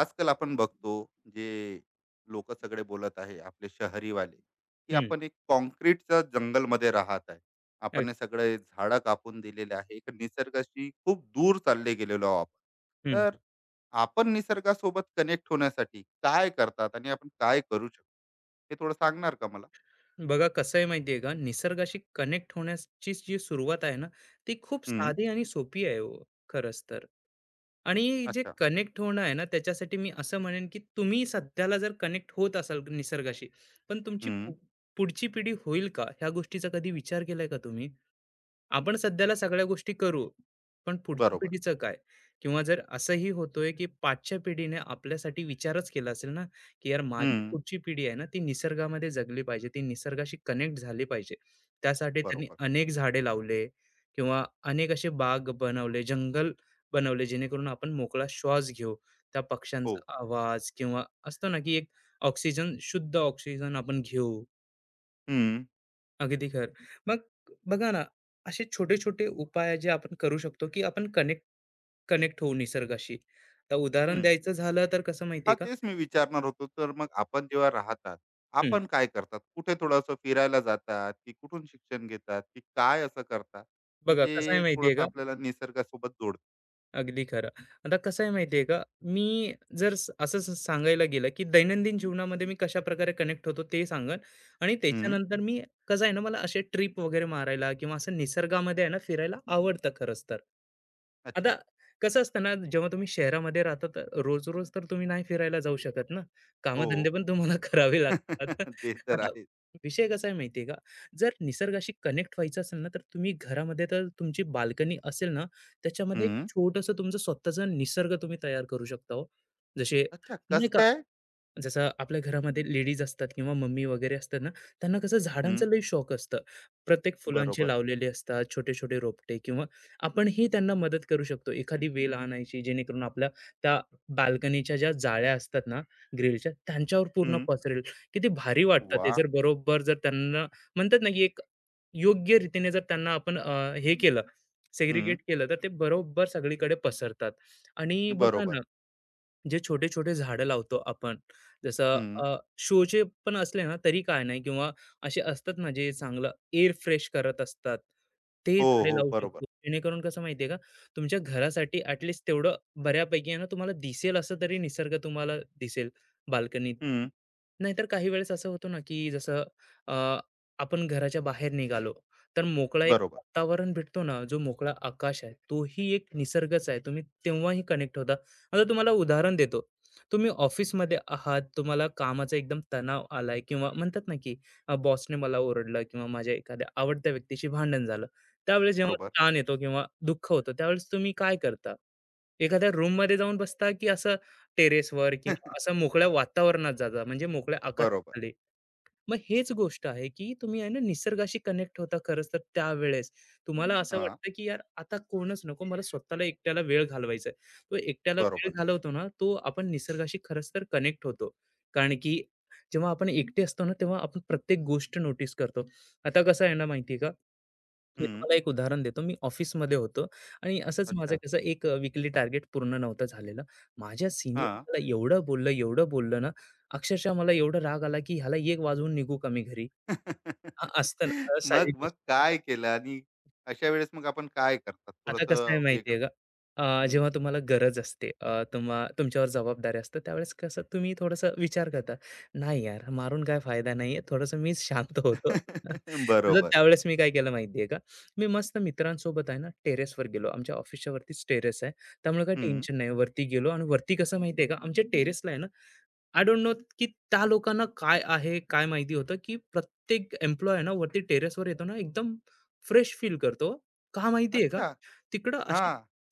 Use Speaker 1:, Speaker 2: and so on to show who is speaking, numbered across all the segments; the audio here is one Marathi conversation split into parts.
Speaker 1: आजकाल आपण बघतो जे लोक सगळे बोलत आहे आपले शहरीवाले की
Speaker 2: हं,
Speaker 1: आपण एक कॉन्क्रीटच्या जंगलमध्ये राहत आहे
Speaker 2: अ,
Speaker 1: आपण हे सगळे झाडं कापून दिलेले आहे एक निसर्गाशी खूप दूर चालले गेलेलो आहोत आपण
Speaker 2: हं.
Speaker 1: तर आपण निसर्गासोबत कनेक्ट होण्यासाठी काय करतात आणि आपण काय करू शकतो हे थोडं सांगणार का मला.
Speaker 2: बघा कसं आहे माहिती आहे का, निसर्गाशी कनेक्ट होण्याची जी सुरुवात आहे ना, ती खूप
Speaker 1: हम्म.
Speaker 2: साधी आणि सोपी आहे हो, खरंच तर. आणि जे
Speaker 1: अच्छा.
Speaker 2: कनेक्ट होणं आहे ना, त्याच्यासाठी मी असं म्हणेन, की तुम्ही सध्याला जर कनेक्ट होत असाल निसर्गाशी, पण तुमची
Speaker 1: हम्म.
Speaker 2: पुढची पिढी होईल का? ह्या गोष्टीचा कधी विचार केलाय का तुम्ही? आपण सध्याला सगळ्या गोष्टी करू, पण पुढच्या
Speaker 1: बरोबर.
Speaker 2: पिढीचं काय? किंवा जर असंही होतोय, की पाठच्या पिढीने आपल्यासाठी विचारच केला असेल ना, की यार माझी
Speaker 1: हम्म.
Speaker 2: पुढची पिढी आहे ना, ती निसर्गामध्ये जगली पाहिजे, ती निसर्गाशी कनेक्ट झाली पाहिजे. त्यासाठी त्यांनी
Speaker 1: बरोबर.
Speaker 2: अनेक झाडे लावले किंवा अनेक असे बाग बनवले, जंगल बनवले, जेणेकरून आपण मोकळा श्वास घेऊ. त्या
Speaker 1: हो.
Speaker 2: पक्ष्यांचा आवाज किंवा असतो ना, की एक ऑक्सिजन शुद्ध ऑक्सिजन आपण घेऊ.
Speaker 1: हम्म.
Speaker 2: अगदी खरं. मग बघा ना, असे छोटे-छोटे उपाय जे आपण करू शकतो, की आपण कनेक्ट कनेक्ट होऊ निसर्गाशी. तर उदाहरण द्यायचं झालं तर कसं माहिती
Speaker 1: हां,
Speaker 2: का?
Speaker 1: तेच मी विचारणार होतो. तर मग आपण जेव्हा राहतात,
Speaker 2: हं,
Speaker 1: आपण काय करतात? कुठे थोडंसं फिरायला जातात, की कुठून शिक्षण घेतात, की काय असं करतात, की
Speaker 2: बघा कसं आहे
Speaker 1: जे
Speaker 2: माहिती
Speaker 1: थोडंसं
Speaker 2: का?
Speaker 1: आपल्याला निसर्गासोबत जोडतं?
Speaker 2: अगदी खरं. आता कसं आहे माहिती का, मी जर असं सांगायला गेलं, की दैनंदिन जीवनामध्ये मी कशा कशाप्रकारे कनेक्ट होतो ते सांगेन आणि
Speaker 1: हं.
Speaker 2: त्याच्यानंतर मी कसं आहे ना, मला असे ट्रिप वगैरे मारायला किंवा असं निसर्गामध्ये आहे ना, फिरायला आवडतं खरंच तर. आता
Speaker 1: अच्छा.
Speaker 2: कसं असतं ना, जेव्हा तुम्ही शहरामध्ये राहता तर रोज-रोज तर तुम्ही नाही फिरायला जाऊ शकत ना.
Speaker 1: हो.
Speaker 2: कामधंदे पण तुम्हाला करावे लागतात.
Speaker 1: ते तर
Speaker 2: आता
Speaker 1: आहेच.
Speaker 2: विषय कसा आहे माहिती का, जर निसर्गाशी कनेक्ट व्हायचं असेल ना, तर तुम्ही घरामध्ये तर तुमची बाल्कनी असेल ना, त्याच्यामध्ये एक
Speaker 1: हं.
Speaker 2: छोटंसं तुमचं स्वतःचा निसर्ग तुम्ही तयार करू शकता हो. जसे
Speaker 1: अच्छा,
Speaker 2: नाही
Speaker 1: कसं काय?
Speaker 2: जसं आपल्या घरामध्ये लेडीज असतात किंवा मम्मी वगैरे असतात ना त्यांना कसं
Speaker 1: हं.
Speaker 2: झाडांचं लई शौक असतं प्रत्येक फुलांचे
Speaker 1: बरोबर.
Speaker 2: लावलेले असतात छोटे छोटे रोपटे किंवा आपणही त्यांना मदत करू शकतो एखादी वेल आणायची जेणेकरून आपल्या त्या बाल्कनीच्या ज्या जाळ्या असतात ना ग्रिलच्या त्यांच्यावर पूर्ण
Speaker 1: हं.
Speaker 2: पसरेल किती भारी वाटतं ते
Speaker 1: वाह!
Speaker 2: जर बरोबर जर त्यांना म्हणतात ना की एक योग्य रीतीने जर त्यांना आपण हे केलं
Speaker 1: हं.
Speaker 2: सेग्रिगेट केलं तर ते बरोबर सगळीकडे पसरतात आणि बघा
Speaker 1: बरोबर.
Speaker 2: ना जे छोटे-छोटे झाडं लावतो आपण, जसं
Speaker 1: हं.
Speaker 2: शोचे पण असले ना तरी काय नाही किंवा असे असतात ना जे चांगलं एअर फ्रेश करत असतात, ते
Speaker 1: हो,
Speaker 2: झाडे
Speaker 1: हो.
Speaker 2: लावू
Speaker 1: बरोबर.
Speaker 2: शकतो. जेणेकरून कसं माहिती का, तुमच्या घरासाठी ॲट लीस्ट तेवढं बऱ्यापैकी आहे ना तुम्हाला दिसेल असं तरी निसर्ग तुम्हाला दिसेल बाल्कनीत.
Speaker 1: हं.
Speaker 2: नाहीतर काही वेळेस असं होतं ना, की जसं अ, आपण घराच्या बाहेर निघालो, तर मोकळा एक
Speaker 1: बरोबर,
Speaker 2: वातावरण भेटतो ना, जो मोकळा आकाश आहे, तोही एक निसर्गच आहे. तुम्ही तेव्हाही कनेक्ट होता. आता तुम्हाला उदाहरण देतो. तुम्ही ऑफिसमध्ये आहात, तुम्हाला कामाचा एकदम तणाव आलाय किंवा म्हणतात ना, की बॉसने मला ओरडलं किंवा माझ्या एखाद्या आवडत्या व्यक्तीशी भांडण झालं. त्यावेळेस जेव्हा
Speaker 1: बरोबर.
Speaker 2: ताण येतो किंवा दुःख होतं, त्यावेळेस तुम्ही काय करता? एखाद्या रूममध्ये जाऊन बसता, की असं टेरेसवर किंवा असं मोकळ्या वातावरणात जाता म्हणजे मोकळ्या
Speaker 1: बरोबर.
Speaker 2: आकाशाखाली? मग हेच गोष्ट आहे, की तुम्ही आहे ना निसर्गाशी कनेक्ट होता खरंच तर त्यावेळेस. तुम्हाला असं
Speaker 1: हां.
Speaker 2: वाटतं, की यार आता कोणच नको, मला स्वतःला एकट्याला वेळ घालवायचा आहे. तो एकट्याला वेळ
Speaker 1: बरोबर.
Speaker 2: घालवतो ना, तो आपण निसर्गाशी खरंच तर कनेक्ट होतो. कारण की जेव्हा आपण एकटे असतो ना, तेव्हा आपण प्रत्येक गोष्ट नोटीस करतो. आता कसं आहे ना माहिती आहे का? मी
Speaker 1: हं.
Speaker 2: तुम्हाला एक उदाहरण देतो. मी ऑफिसमध्ये होतो आणि असंच माझं
Speaker 1: अच्छा.
Speaker 2: कसं एक वीकली टार्गेट पूर्ण नव्हतं झालेलं. माझ्या सीनियर
Speaker 1: हां.
Speaker 2: मला एवढं बोललं, एवढं बोललं ना, अक्षरशः मला एवढा राग आला, की ह्याला 1 वाजवून निघू का मी घरी? हां, असतं ना,
Speaker 1: मग
Speaker 2: साहजिक.
Speaker 1: मग काय केलं आणि अशा वेळेस मग आपण काय करतात
Speaker 2: आता कसं आहे
Speaker 1: थोडंसं
Speaker 2: माहिती
Speaker 1: वेगळं?
Speaker 2: आहे का?
Speaker 1: हं.
Speaker 2: जेव्हा तुम्हाला गरज असते, अ, तुम्हा तुमच्यावर जबाबदारी असतं, त्यावेळेस कसं तुम्ही थोडासा विचार करता, "नाही यार, मारून काय फायदा नाही थोडंसं मीच शांत होतो." तर
Speaker 1: बरोबर.
Speaker 2: त्यावेळेस मी काय केलं माहिती आहे का? मी मस्त मित्रांसोबत आहे ना, टेरेसवर गेलो. आमच्या ऑफिसच्या वरतीच टेरेस आहे. त्यामुळे काही
Speaker 1: हं.
Speaker 2: टेन्शन नाही. वरती गेलो आणि वरती कसं माहिती आहे का? आमच्या टेरेसला आहे ना आय डोंट नो की त्या लोकांना काय आहे, काय माहिती होतं, की प्रत्येक एम्प्लॉयी आहे ना, वरती टेरेसवर येतो ना, एकदम फ्रेश फील करतो. का माहिती आहे का?
Speaker 1: अच्छा.
Speaker 2: तिकडं
Speaker 1: हा.
Speaker 2: असे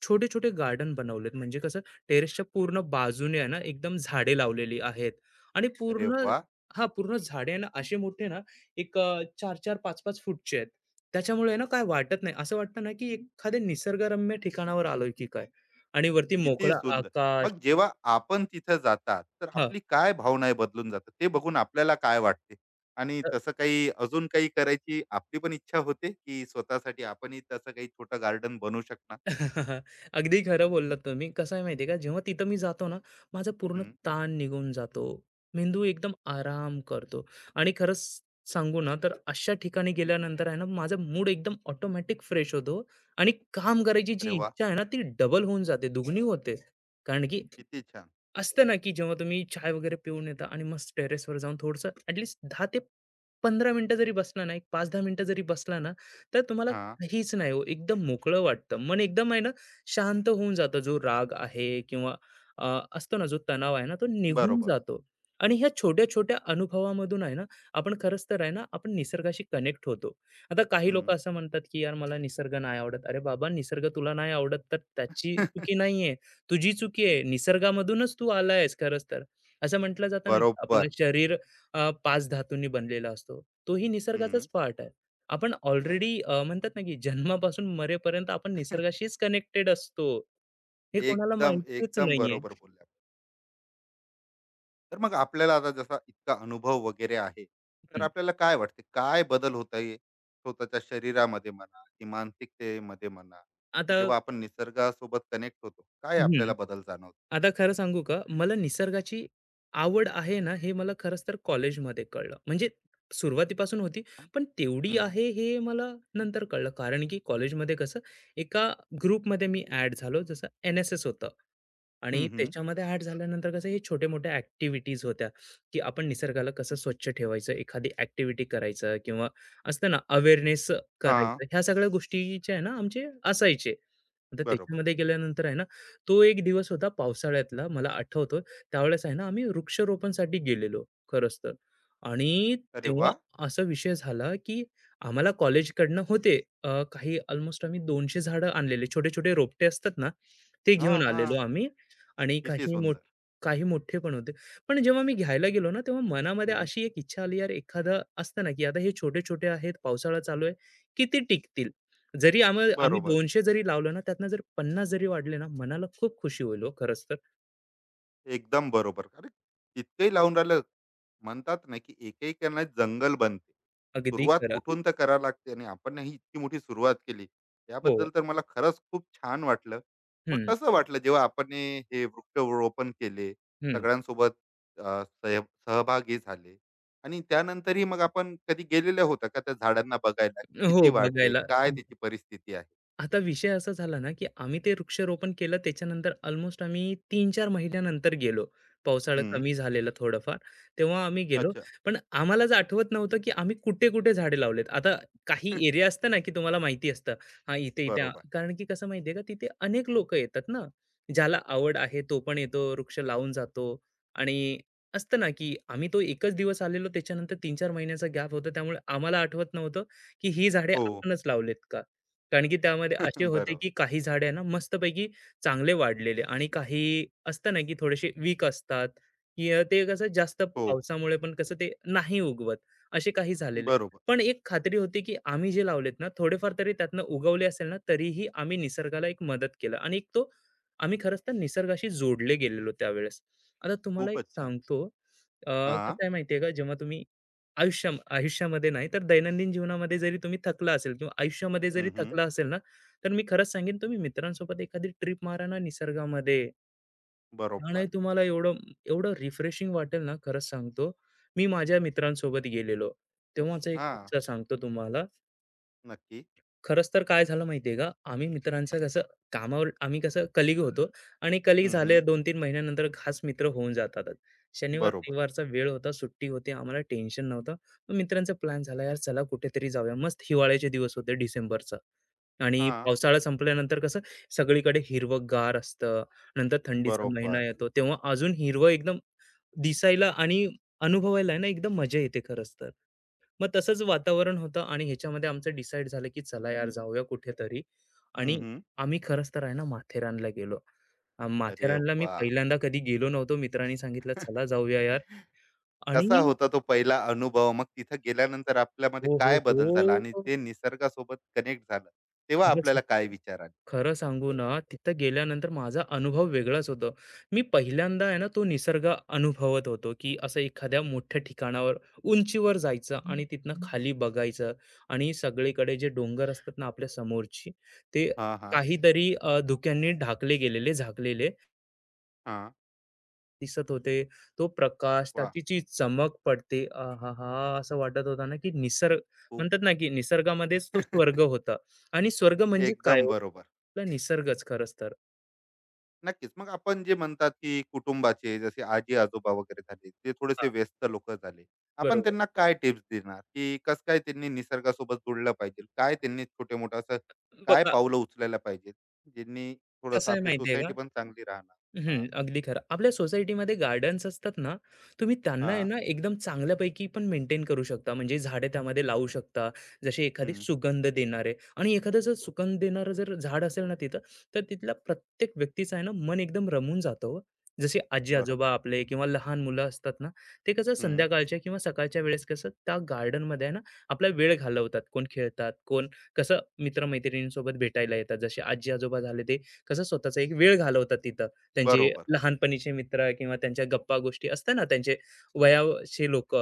Speaker 2: छोटे-छोटे गार्डन बनवलेत. म्हणजे कसं टेरेसच्या पूर्ण बाजूने आहे ना, एकदम झाडे लावलेली आहेत आणि
Speaker 1: अरे
Speaker 2: पूर्ण
Speaker 1: वा.
Speaker 2: हां, पूर्ण झाडे आहे ना, असे मोठे ना, एक 4-4, 5-5 फूटचे आहेत. त्याच्यामुळे आहे ना, काय वाटत नाही. असं वाटतं ना, की एखाद्या निसर्गरम्य ठिकाणावर आलोय की काय आणि वरती
Speaker 1: किती
Speaker 2: मोकळं
Speaker 1: सुंदर.
Speaker 2: आकाश.
Speaker 1: मग जेव्हा आपण तिथं जातात तर
Speaker 2: हां.
Speaker 1: आपली काय भावना आहे बदलून जातात? ते बघून आपल्याला काय वाटते आणि तसं काही अजून काही करायची आपली पण इच्छा होते की स्वतःसाठी आपणही तसं काही छोटं गार्डन बनवू शकणार?
Speaker 2: अगदी खरं बोललात तुम्ही. कसं आहे माहिती आहे का, जेव्हा तिथं मी जातो ना, माझा पूर्ण
Speaker 1: हं.
Speaker 2: ताण निघून जातो. मेंदू एकदम आराम करतो आणि खरंच सांगू ना, तर अशा ठिकाणी गेल्यानंतर आहे ना, माझा मूड एकदम ऑटोमॅटिक फ्रेश होतो आणि काम करायची
Speaker 1: अरे
Speaker 2: जी
Speaker 1: वा.
Speaker 2: इच्छा आहे ना, ती डबल होऊन जाते, दुगणी होते. कारण की
Speaker 1: किती छान.
Speaker 2: असतं ना, की जेव्हा तुम्ही चाय वगैरे पिऊन येता आणि मस्त टेरेसवर जाऊन थोडंसं ॲटलीस्ट 10 ते 15 मिनिटं जरी बसला ना, एक 5-10 मिनिटं जरी बसला ना, तर तुम्हाला
Speaker 1: हा.
Speaker 2: काहीच नाही हो, एकदम मोकळं वाटतं. मन एकदम आहे ना, शांत होऊन जातं. जो राग आहे किंवा अ, असतो ना, जो तणाव आहे ना, तो निघून
Speaker 1: बरोबर.
Speaker 2: जातो. आणि ह्या छोट्या-छोट्या अनुभवामधून आहे ना, आपण खरंच तर आहे ना, आपण निसर्गाशी कनेक्ट होतो. आता काही
Speaker 1: हं.
Speaker 2: लोकं असं म्हणतात, की "यार, मला निसर्ग नाही आवडत." अरे बाबा, निसर्ग तुला नाही आवडत, तर त्याची चुकी नाहीये. तुझी चुकी आहे. निसर्गामधूनच तू आला आहेस खरंच तर. असं म्हटलं जातं ना, की आपलं
Speaker 1: बरोबर.
Speaker 2: शरीर 5 धातूंनी बनलेला असतो. तोही निसर्गाचाच पार्ट आहे. आपण ऑलरेडी म्हणतात ना, की जन्मापासून मरेपर्यंत आपण निसर्गाशीच कनेक्टेड असतो. हे कोणाला
Speaker 1: एकदम,
Speaker 2: माहितीच
Speaker 1: एकदम
Speaker 2: नाहीये.
Speaker 1: बरोबर बोलल्या. तर मग आपल्याला आता जसा इतका अनुभव वगैरे आहे, तर
Speaker 2: हं,
Speaker 1: आपल्याला काय वाटते काय बदल होत आहे स्वतःच्या शरीरामध्ये म्हणा की मानसिकतेमध्ये म्हणा, की
Speaker 2: आता
Speaker 1: जेव्हा आपण निसर्गासोबत कनेक्ट होतो, काय
Speaker 2: हं.
Speaker 1: आपल्याला बदल जाणवतो?
Speaker 2: आता खरं सांगू का? मला निसर्गाची आवड आहे ना, हे मला खरंच तर कॉलेजमध्ये कळलं. म्हणजे सुरुवातीपासून होती, पण तेवढी
Speaker 1: हं, हं.
Speaker 2: आहे हे मला नंतर कळलं. कारण की कॉलेजमध्ये कसं एका ग्रुपमध्ये मी ॲड झालो, जसं NSS होतं आणि
Speaker 1: हं, हं.
Speaker 2: त्याच्यामध्ये ॲड झाल्यानंतर कसं हे छोटे-मोठे ॲक्टिव्हिटीज होत्या, की आपण निसर्गाला कसं स्वच्छ ठेवायचं, एखादी ॲक्टिव्हिटी करायचं किंवा असतं ना अवेअरनेस करायचं. ह्या सगळ्या गोष्टीच्या आहे ना आमचे असायचे. आता
Speaker 1: बरोबर.
Speaker 2: त्याच्यामध्ये गेल्यानंतर आहे ना, तो एक दिवस होता पावसाळ्यातला मला आठवतो. त्यावेळेस आहे ना, आम्ही वृक्षारोपणसाठी गेलेलो खरंच तर आणि
Speaker 1: अरे
Speaker 2: तेव्हा
Speaker 1: वाह!
Speaker 2: असा विषय झाला, की आम्हाला कॉलेजकडनं होते काही अल्मोस्ट आम्ही 200 झाडं आणलेले. छोटे-छोटे रोपटे असतात ना, ते घेऊन
Speaker 1: हां,
Speaker 2: आलेलो
Speaker 1: हां.
Speaker 2: आम्ही आणि
Speaker 1: किती सुंदर.
Speaker 2: काही मोठे पण होते. पण जेव्हा मी घ्यायला गेलो ना, तेव्हा मनामध्ये
Speaker 1: हं,
Speaker 2: अशी एक इच्छा आली, यार एखादं असतं ना, की आता हे छोटे-छोटे आहेत, पावसाळा चालू आहे, किती टिकतील? जरी आम्ही आम्ही
Speaker 1: बरोबर.
Speaker 2: 200 जरी लावलं ना, त्यातनं जर 50 जरी वाढले ना, मनाला खूप खुशी होईल हो खरंच तर.
Speaker 1: एकदम बरोबर. अरे, इतकंही लावून राहिलं. म्हणतात ना, की एक एक जंगल बनते.
Speaker 2: अगदी
Speaker 1: सुरुवात
Speaker 2: खरं.
Speaker 1: कुठून तर करावी लागते आणि आपण ही इतकी मोठी सुरुवात केली.
Speaker 2: हो.
Speaker 1: याबद्दल तर मला खरंच खूप छान वाटलं. मग
Speaker 2: हं,
Speaker 1: कसं वाटलं जेव्हा आपण हे हे वृक्षारोपण केले,
Speaker 2: हं.
Speaker 1: सगळ्यांसोबत अ, सह सहभागी झाले आणि त्यानंतरही मग आपण कधी गेलेल्या होत्या का त्या झाडांना बघायला, की
Speaker 2: हो,
Speaker 1: किती वाढले?
Speaker 2: बघायला.
Speaker 1: काय त्याची परिस्थिती आहे?
Speaker 2: आता विषय असा झाला ना, की आम्ही ते वृक्षारोपण केलं त्याच्यानंतर अल्मोस्ट आम्ही 3-4 महिन्यानंतर गेलो. पावसाळा
Speaker 1: हं.
Speaker 2: कमी झालेला थोडंफार. तेव्हा आम्ही गेलो.
Speaker 1: अच्छा.
Speaker 2: पण आम्हालाच आठवत नव्हतं, की आम्ही कुठे-कुठे झाडे लावलेत. आता काही एरिया असतं ना, की तुम्हाला माहिती असतं. हां, इथे-इथे
Speaker 1: बरोबर.
Speaker 2: कारण की कसं माहिती का, तिथे अनेक लोकं येतात ना. ज्याला आवड आहे तो पण येतो, वृक्ष लावून जातो आणि असतं ना, की आम्ही तो एकच दिवस आलेलो त्याच्यानंतर 3-4 महिन्याचा गॅप होता. त्यामुळे आम्हाला आठवत नव्हतं, की ही झाडे
Speaker 1: हो.
Speaker 2: आपणच लावलेत का? कारण की त्यामध्ये असे होते,
Speaker 1: बरोबर.
Speaker 2: की काही झाडे आहे ना मस्तपैकी चांगले वाढलेले आणि काही असतं ना, की थोडेसे वीक असतात, की ते कसं जास्त
Speaker 1: हो.
Speaker 2: पावसामुळे पण कसं ते नाही उगवत, असे काही झालेले.
Speaker 1: बरोबर.
Speaker 2: पण एक खात्री होती, की आम्ही जे लावलेत ना, थोडेफार तरी त्यातनं उगवले असेल ना, तरीही आम्ही निसर्गाला एक मदत केलं आणि एक तो आम्ही खरंच तर निसर्गाशी जोडले गेलेलो त्यावेळेस. आता तुम्हाला एक
Speaker 1: खूपच छान.
Speaker 2: सांगतो, अ,
Speaker 1: हां.
Speaker 2: कसं आहे माहिती आहे का, जेव्हा तुम्ही आयुष्यामध्ये नाही, तर दैनंदिन जीवनामध्ये जरी तुम्ही थकला असेल किंवा आयुष्यामध्ये जरी
Speaker 1: हं, हं.
Speaker 2: थकला असेल ना, तर मी खरंच सांगेन तुम्ही मित्रांसोबत एखादी ट्रिप मारा ना निसर्गामध्ये. त्याने
Speaker 1: बरोबर.
Speaker 2: तुम्हाला एवढं एवढं रिफ्रेशिंग वाटेल ना, खरंच सांगतो. मी माझ्या मित्रांसोबत गेलेलो. तेव्हाचा एक
Speaker 1: हां.
Speaker 2: किस्सा सांगतो तुम्हाला.
Speaker 1: नक्की.
Speaker 2: खरंच तर काय झालं माहितीये का, आम्ही मित्रांचं कसं कामावर आम्ही कसं कलीग होतो आणि कलीग
Speaker 1: हं, हं.
Speaker 2: झाले 2-3 महिन्यानंतर खास मित्र होऊन जातातच.
Speaker 1: बरोबर.
Speaker 2: शनिवार-रविवारचा वेळ होता, सुट्टी होती, आम्हाला टेन्शन नव्हतं. मग मित्रांचा प्लॅन झाला, "यार चला कुठेतरी जाऊया." मस्त हिवाळ्याचे दिवस होते डिसेंबरचा आणि
Speaker 1: हां.
Speaker 2: पावसाळा संपल्यानंतर कसं सगळीकडे हिरवंगार असतं. नंतर थंडीचा महिना
Speaker 1: बरोबर.
Speaker 2: येतो, तेव्हा अजून हिरवं एकदम दिसायला आणि अनुभवायला आहे ना एकदम मजा येते खरंच तर. मग तसंच वातावरण होतं आणि ह्याच्यामध्ये आमचं डिसाईड झालं की चला यार जाऊया कुठेतरी
Speaker 1: हं,
Speaker 2: आणि
Speaker 1: हं.
Speaker 2: आम्ही खरंच तर आहे ना माथेरानला गेलो.
Speaker 1: अरे
Speaker 2: माथेरानला मी
Speaker 1: वाह!
Speaker 2: पहिल्यांदा कधी गेलो नव्हतो. मित्रांनी सांगितलं, "चला जाऊया यार."
Speaker 1: कसा
Speaker 2: आणि
Speaker 1: होता तो पहिला अनुभव? मग तिथं गेल्यानंतर आपल्यामध्ये
Speaker 2: हो, हो,
Speaker 1: काय बदल झाला आणि
Speaker 2: हो.
Speaker 1: ते निसर्गासोबत कनेक्ट झालं, तेव्हा
Speaker 2: खरंच
Speaker 1: आपल्याला काय विचार आले?
Speaker 2: खरं सांगू ना, तिथं गेल्यानंतर माझा अनुभव वेगळाच होता. मी पहिल्यांदा आहे ना, तो निसर्ग अनुभवत होतो, की असं एखाद्या मोठ्या ठिकाणावर, उंचीवर जायचं आणि तिथनं खाली बघायचं आणि सगळीकडे जे डोंगर असतात ना आपल्या समोरची, ते
Speaker 1: हां, हां.
Speaker 2: काहीतरी धुक्यांनी ढाकले गेलेले, झाकलेले
Speaker 1: हां.
Speaker 2: दिसत होते. तो प्रकाश,
Speaker 1: वाह!
Speaker 2: त्याची जी चमक पडते, आहाहा! असं वाटत होतं ना, की निसर्ग
Speaker 1: खूप.
Speaker 2: म्हणतात ना, की निसर्गामध्येच तो स्वर्ग होता आणि स्वर्ग म्हणजे काय
Speaker 1: एकदम
Speaker 2: हो?
Speaker 1: बरोबर.
Speaker 2: आपला निसर्गच खरंच तर.
Speaker 1: नक्कीच. मग आपण जे म्हणतात, की कुटुंबाचे जसे आजी-आजोबा वगैरे झाले, ते थोडेसे व्यस्त लोकं झाले. आपण
Speaker 2: बरोबर.
Speaker 1: त्यांना काय टिप्स देणार, की कसं काय त्यांनी निसर्गासोबत जुळलं पाहिजे? काय त्यांनी छोटे-मोठं असं काय
Speaker 2: बघा
Speaker 1: पावलं उचलायला पाहिजेत, ज्यांनी
Speaker 2: कसं
Speaker 1: थोडंसं
Speaker 2: आहे
Speaker 1: आपली
Speaker 2: माहिती का?
Speaker 1: सोसायटी पण चांगली राहणार?
Speaker 2: हं,
Speaker 1: हां,
Speaker 2: अगदी खरं. आपल्या सोसायटीमध्ये गार्डन्स असतात ना, तुम्ही त्यांना आहे
Speaker 1: हां.
Speaker 2: ना एकदम चांगल्यापैकी पण मेंटेन करू शकता. म्हणजे झाडे त्यामध्ये लावू शकता. जशी एखादी
Speaker 1: हं.
Speaker 2: सुगंध देणारे आणि एखादं जर सुगंध देणारं जर झाड असेल ना तिथं, तर तिथला प्रत्येक व्यक्तीचं आहे ना मन एकदम रमून जातं हो. जसे
Speaker 1: बरोबर.
Speaker 2: आजी-आजोबा आपले किंवा लहान मुलं असतात ना, ते कसं
Speaker 1: हं.
Speaker 2: संध्याकाळच्या किंवा सकाळच्या वेळेस कसं त्या गार्डनमध्ये आहे ना आपला वेळ घालवतात. कोण खेळतात, कोण कसं मित्र भेटायला येतात. जसे आजी-आजोबा झाले ते कसं स्वतःचा एक वेळ घालवतात तिथं. त्यांचे
Speaker 1: बरोबर.
Speaker 2: लहानपणीचे मित्र किंवा त्यांच्या गप्पा गोष्टी असतात ना त्यांचे वयाचे लोक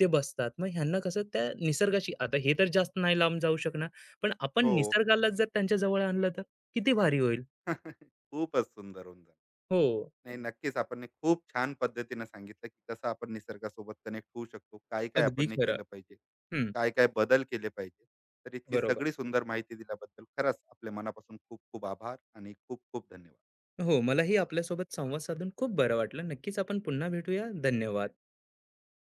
Speaker 2: ते बसतात. मग ह्यांना कसं त्या निसर्गाशी आता हे तर जास्त नाही लांब जाऊ शकणार. पण आपण
Speaker 1: हो.
Speaker 2: निसर्गाला जर त्यांच्या जवळ आणलं तर किती भारी होईल.
Speaker 1: खूपच सुंदर होऊन जातं.
Speaker 2: हो,
Speaker 1: नाही, नक्कीच आपण हे खूप छान पद्धतीने सांगितलं की कसं आपण निसर्गासोबत कनेक्ट होऊ शकतो, काय काय
Speaker 2: अगदी
Speaker 1: आपण हे
Speaker 2: खरं.
Speaker 1: केलं पाहिजे,
Speaker 2: हं,
Speaker 1: काय काय बदल केले पाहिजे. तर इतकी
Speaker 2: बरोबर.
Speaker 1: सगळी सुंदर माहिती दिल्याबद्दल खरंच आपल्या मनापासून खूप खूप आभार आणि खूप खूप धन्यवाद.
Speaker 2: हो, मलाही आपल्यासोबत संवाद साधून खूप बरं वाटलं. नक्कीच आपण पुन्हा भेटूया. धन्यवाद.